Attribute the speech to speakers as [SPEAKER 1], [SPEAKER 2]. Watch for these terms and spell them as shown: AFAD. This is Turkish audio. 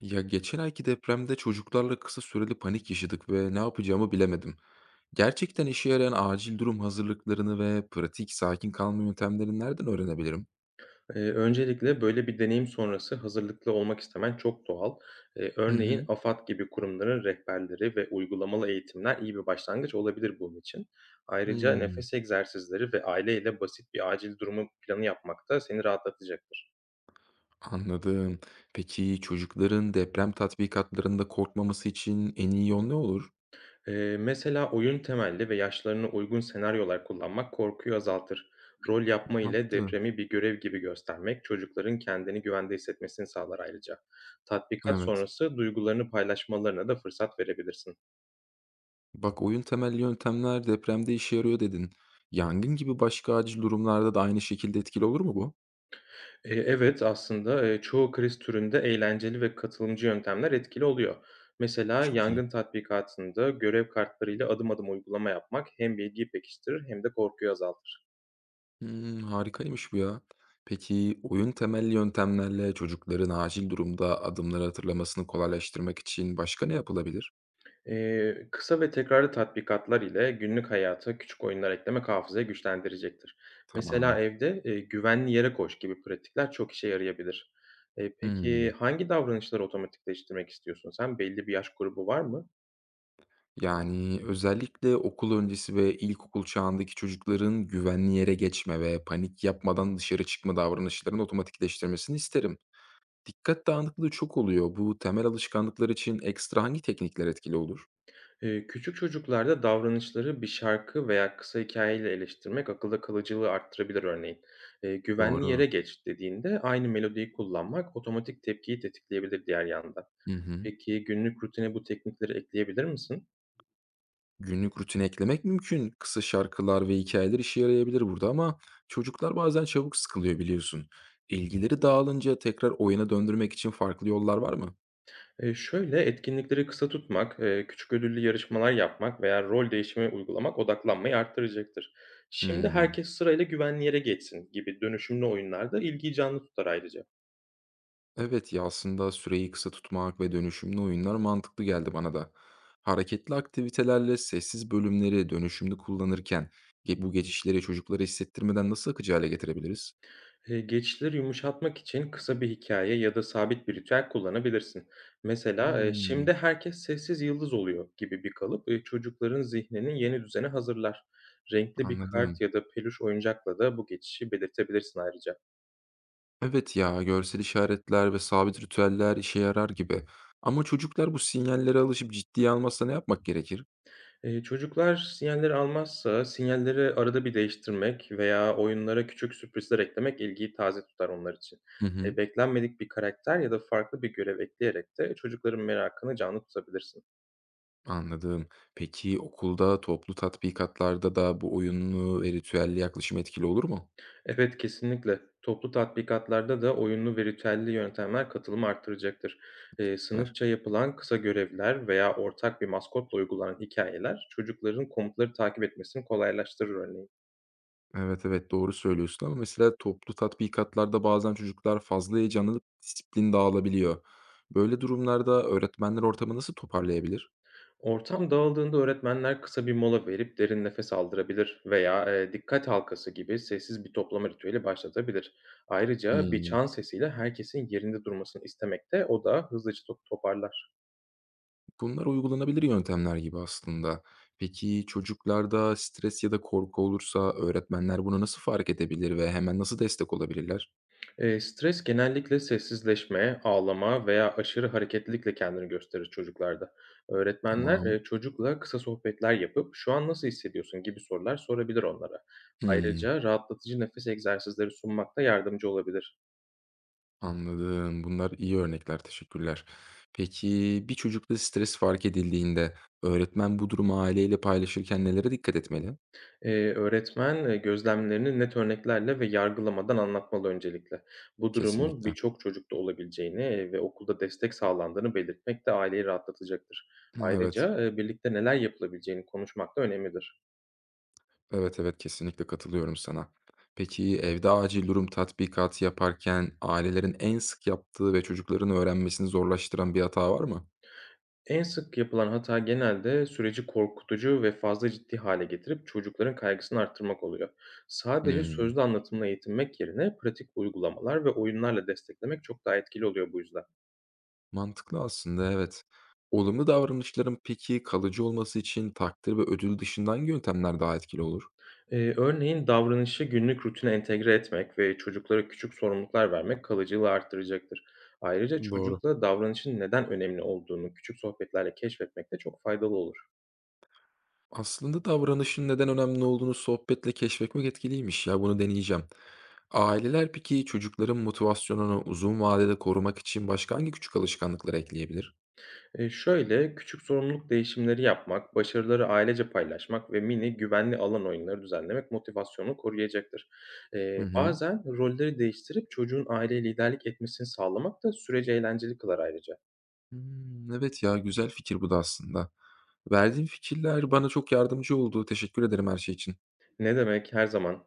[SPEAKER 1] Ya geçen ayki depremde çocuklarla kısa süreli panik yaşadık ve ne yapacağımı bilemedim. Gerçekten işe yarayan acil durum hazırlıklarını ve pratik sakin kalma yöntemlerini nereden öğrenebilirim?
[SPEAKER 2] Öncelikle böyle bir deneyim sonrası hazırlıklı olmak istemen çok doğal.
[SPEAKER 1] Hı
[SPEAKER 2] Örneğin
[SPEAKER 1] hı.
[SPEAKER 2] AFAD gibi kurumların rehberleri ve uygulamalı eğitimler iyi bir başlangıç olabilir bunun için. Ayrıca
[SPEAKER 1] Hmm.
[SPEAKER 2] nefes egzersizleri ve aileyle basit bir acil durumu planı yapmak da seni rahatlatacaktır.
[SPEAKER 1] Anladım. Peki çocukların deprem tatbikatlarında korkmaması için en iyi yol ne olur?
[SPEAKER 2] Mesela oyun temelli ve yaşlarına uygun senaryolar kullanmak korkuyu azaltır. Rol yapma ile
[SPEAKER 1] Mantıklı.
[SPEAKER 2] depremi bir görev gibi göstermek çocukların kendini güvende hissetmesini sağlar ayrıca. Tatbikat
[SPEAKER 1] Evet.
[SPEAKER 2] sonrası duygularını paylaşmalarına da fırsat verebilirsin.
[SPEAKER 1] Bak, oyun temelli yöntemler depremde işe yarıyor dedin. Yangın gibi başka acil durumlarda da aynı şekilde etkili olur mu bu?
[SPEAKER 2] Evet, aslında, çoğu kriz türünde eğlenceli ve katılımcı yöntemler etkili oluyor. Mesela
[SPEAKER 1] Çok iyi.
[SPEAKER 2] yangın tatbikatında görev kartlarıyla adım adım uygulama yapmak hem bilgiyi pekiştirir hem de korkuyu azaltır.
[SPEAKER 1] Hımm, harikaymış bu ya. Peki, oyun temelli yöntemlerle çocukların acil durumda adımları hatırlamasını kolaylaştırmak için başka ne yapılabilir?
[SPEAKER 2] Kısa ve tekrarlı tatbikatlar ile günlük hayata küçük oyunlar eklemek hafızayı güçlendirecektir. Mesela
[SPEAKER 1] Tamam.
[SPEAKER 2] evde, "güvenli yere koş" gibi pratikler çok işe yarayabilir. Peki
[SPEAKER 1] Hımm.
[SPEAKER 2] hangi davranışları otomatikleştirmek istiyorsun sen? Belli bir yaş grubu var mı?
[SPEAKER 1] Yani, özellikle okul öncesi ve ilkokul çağındaki çocukların güvenli yere geçme ve panik yapmadan dışarı çıkma davranışlarını otomatikleştirmesini isterim. Dikkat dağınıklığı çok oluyor. Bu temel alışkanlıklar için ekstra hangi teknikler etkili olur?
[SPEAKER 2] Küçük çocuklarda davranışları bir şarkı veya kısa hikayeyle eleştirmek akılda kalıcılığı arttırabilir örneğin. Güvenli
[SPEAKER 1] Doğru.
[SPEAKER 2] yere geç dediğinde aynı melodiyi kullanmak otomatik tepkiyi tetikleyebilir diğer yanda.
[SPEAKER 1] Hı hı.
[SPEAKER 2] Peki günlük rutine bu teknikleri ekleyebilir misin?
[SPEAKER 1] Günlük rutine eklemek mümkün. Kısa şarkılar ve hikayeler işe yarayabilir burada ama çocuklar bazen çabuk sıkılıyor biliyorsun. İlgileri dağılınca tekrar oyuna döndürmek için farklı yollar var mı?
[SPEAKER 2] Şöyle etkinlikleri kısa tutmak, küçük ödüllü yarışmalar yapmak veya rol değişimi uygulamak odaklanmayı arttıracaktır. Şimdi
[SPEAKER 1] Hmm.
[SPEAKER 2] herkes sırayla güvenli yere geçsin gibi dönüşümlü oyunlarda ilgiyi canlı tutar ayrıca.
[SPEAKER 1] Evet ya, aslında süreyi kısa tutmak ve dönüşümlü oyunlar mantıklı geldi bana da. Hareketli aktivitelerle sessiz bölümleri dönüşümlü kullanırken bu geçişleri çocuklara hissettirmeden nasıl akıcı hale getirebiliriz?
[SPEAKER 2] Geçişleri yumuşatmak için kısa bir hikaye ya da sabit bir ritüel kullanabilirsin. Mesela,
[SPEAKER 1] Hmm,
[SPEAKER 2] "Şimdi herkes sessiz yıldız oluyor." gibi bir kalıp, çocukların zihninin yeni düzene hazırlar. Renkli bir
[SPEAKER 1] anladım.
[SPEAKER 2] kart ya da peluş oyuncakla da bu geçişi belirtebilirsin ayrıca.
[SPEAKER 1] Evet ya, görsel işaretler ve sabit ritüeller işe yarar gibi. Ama çocuklar bu sinyallere alışıp ciddiye almazsa ne yapmak gerekir?
[SPEAKER 2] Çocuklar sinyalleri almazsa sinyalleri arada bir değiştirmek veya oyunlara küçük sürprizler eklemek ilgiyi taze tutar onlar için.
[SPEAKER 1] Hı hı.
[SPEAKER 2] Beklenmedik bir karakter ya da farklı bir görev ekleyerek de çocukların merakını canlı tutabilirsin.
[SPEAKER 1] Anladım. Peki okulda toplu tatbikatlarda da bu oyunlu ve ritüelli yaklaşım etkili olur mu?
[SPEAKER 2] Evet, kesinlikle. Toplu tatbikatlarda da oyunlu ve ritüelli yöntemler katılımı arttıracaktır.
[SPEAKER 1] Süper.
[SPEAKER 2] Sınıfça yapılan kısa görevler veya ortak bir maskotla uygulanan hikayeler çocukların komutları takip etmesini kolaylaştırır örneğin.
[SPEAKER 1] Evet evet, doğru söylüyorsun ama mesela toplu tatbikatlarda bazen çocuklar fazla heyecanlanıp disiplin dağılabiliyor. Böyle durumlarda öğretmenler ortamı nasıl toparlayabilir?
[SPEAKER 2] Ortam dağıldığında öğretmenler kısa bir mola verip derin nefes aldırabilir veya dikkat halkası gibi sessiz bir toplama ritüeli başlatabilir. Ayrıca bir
[SPEAKER 1] Hmm.
[SPEAKER 2] çan sesiyle herkesin yerinde durmasını istemekte, o da hızlıca toparlar.
[SPEAKER 1] Bunlar uygulanabilir yöntemler gibi aslında. Peki çocuklarda stres ya da korku olursa öğretmenler bunu nasıl fark edebilir ve hemen nasıl destek olabilirler?
[SPEAKER 2] Stres genellikle sessizleşme, ağlama veya aşırı hareketlilikle kendini gösterir çocuklarda. Öğretmenler
[SPEAKER 1] Tamam.
[SPEAKER 2] çocukla kısa sohbetler yapıp "Şu an nasıl hissediyorsun?" gibi sorular sorabilir onlara.
[SPEAKER 1] Hımm,
[SPEAKER 2] Ayrıca rahatlatıcı nefes egzersizleri sunmak da yardımcı olabilir.
[SPEAKER 1] anladım. Bunlar iyi örnekler, teşekkürler. Peki bir çocukta stres fark edildiğinde öğretmen bu durumu aileyle paylaşırken nelere dikkat etmeli?
[SPEAKER 2] Öğretmen gözlemlerini net örneklerle ve yargılamadan anlatmalı öncelikle. Bu durumun
[SPEAKER 1] Kesinlikle.
[SPEAKER 2] birçok çocukta olabileceğini ve okulda destek sağlandığını belirtmek de aileyi rahatlatacaktır.
[SPEAKER 1] Hı, evet.
[SPEAKER 2] Ayrıca birlikte neler yapılabileceğini konuşmak da önemlidir.
[SPEAKER 1] Evet, evet, kesinlikle katılıyorum sana. Peki, evde acil durum tatbikatı yaparken ailelerin en sık yaptığı ve çocukların öğrenmesini zorlaştıran bir hata var mı?
[SPEAKER 2] En sık yapılan hata genelde süreci korkutucu ve fazla ciddi hale getirip çocukların kaygısını arttırmak oluyor. Sadece
[SPEAKER 1] Hımm,
[SPEAKER 2] sözlü anlatımla eğitinmek yerine pratik uygulamalar ve oyunlarla desteklemek çok daha etkili oluyor bu yüzden.
[SPEAKER 1] mantıklı aslında, evet. Olumlu davranışların peki kalıcı olması için takdir ve ödül dışında hangi yöntemler daha etkili olur?
[SPEAKER 2] Örneğin davranışı günlük rutine entegre etmek ve çocuklara küçük sorumluluklar vermek kalıcılığı arttıracaktır. Ayrıca
[SPEAKER 1] Doğru.
[SPEAKER 2] çocukla davranışın neden önemli olduğunu küçük sohbetlerle keşfetmek de çok faydalı olur.
[SPEAKER 1] Aslında davranışın neden önemli olduğunu sohbetle keşfetmek etkiliymiş ya, bunu deneyeceğim. Aileler peki çocukların motivasyonunu uzun vadede korumak için başka hangi küçük alışkanlıkları ekleyebilir?
[SPEAKER 2] Şöyle, küçük sorumluluk değişimleri yapmak, başarıları ailece paylaşmak ve mini güvenli alan oyunları düzenlemek motivasyonu koruyacaktır.
[SPEAKER 1] Hı hı.
[SPEAKER 2] Bazen rolleri değiştirip çocuğun aileye liderlik etmesini sağlamak da süreci eğlenceli kılar ayrıca.
[SPEAKER 1] Hımm, evet ya, güzel fikir bu da aslında. Verdiğin fikirler bana çok yardımcı oldu. Teşekkür ederim her şey için.
[SPEAKER 2] Ne demek, her zaman.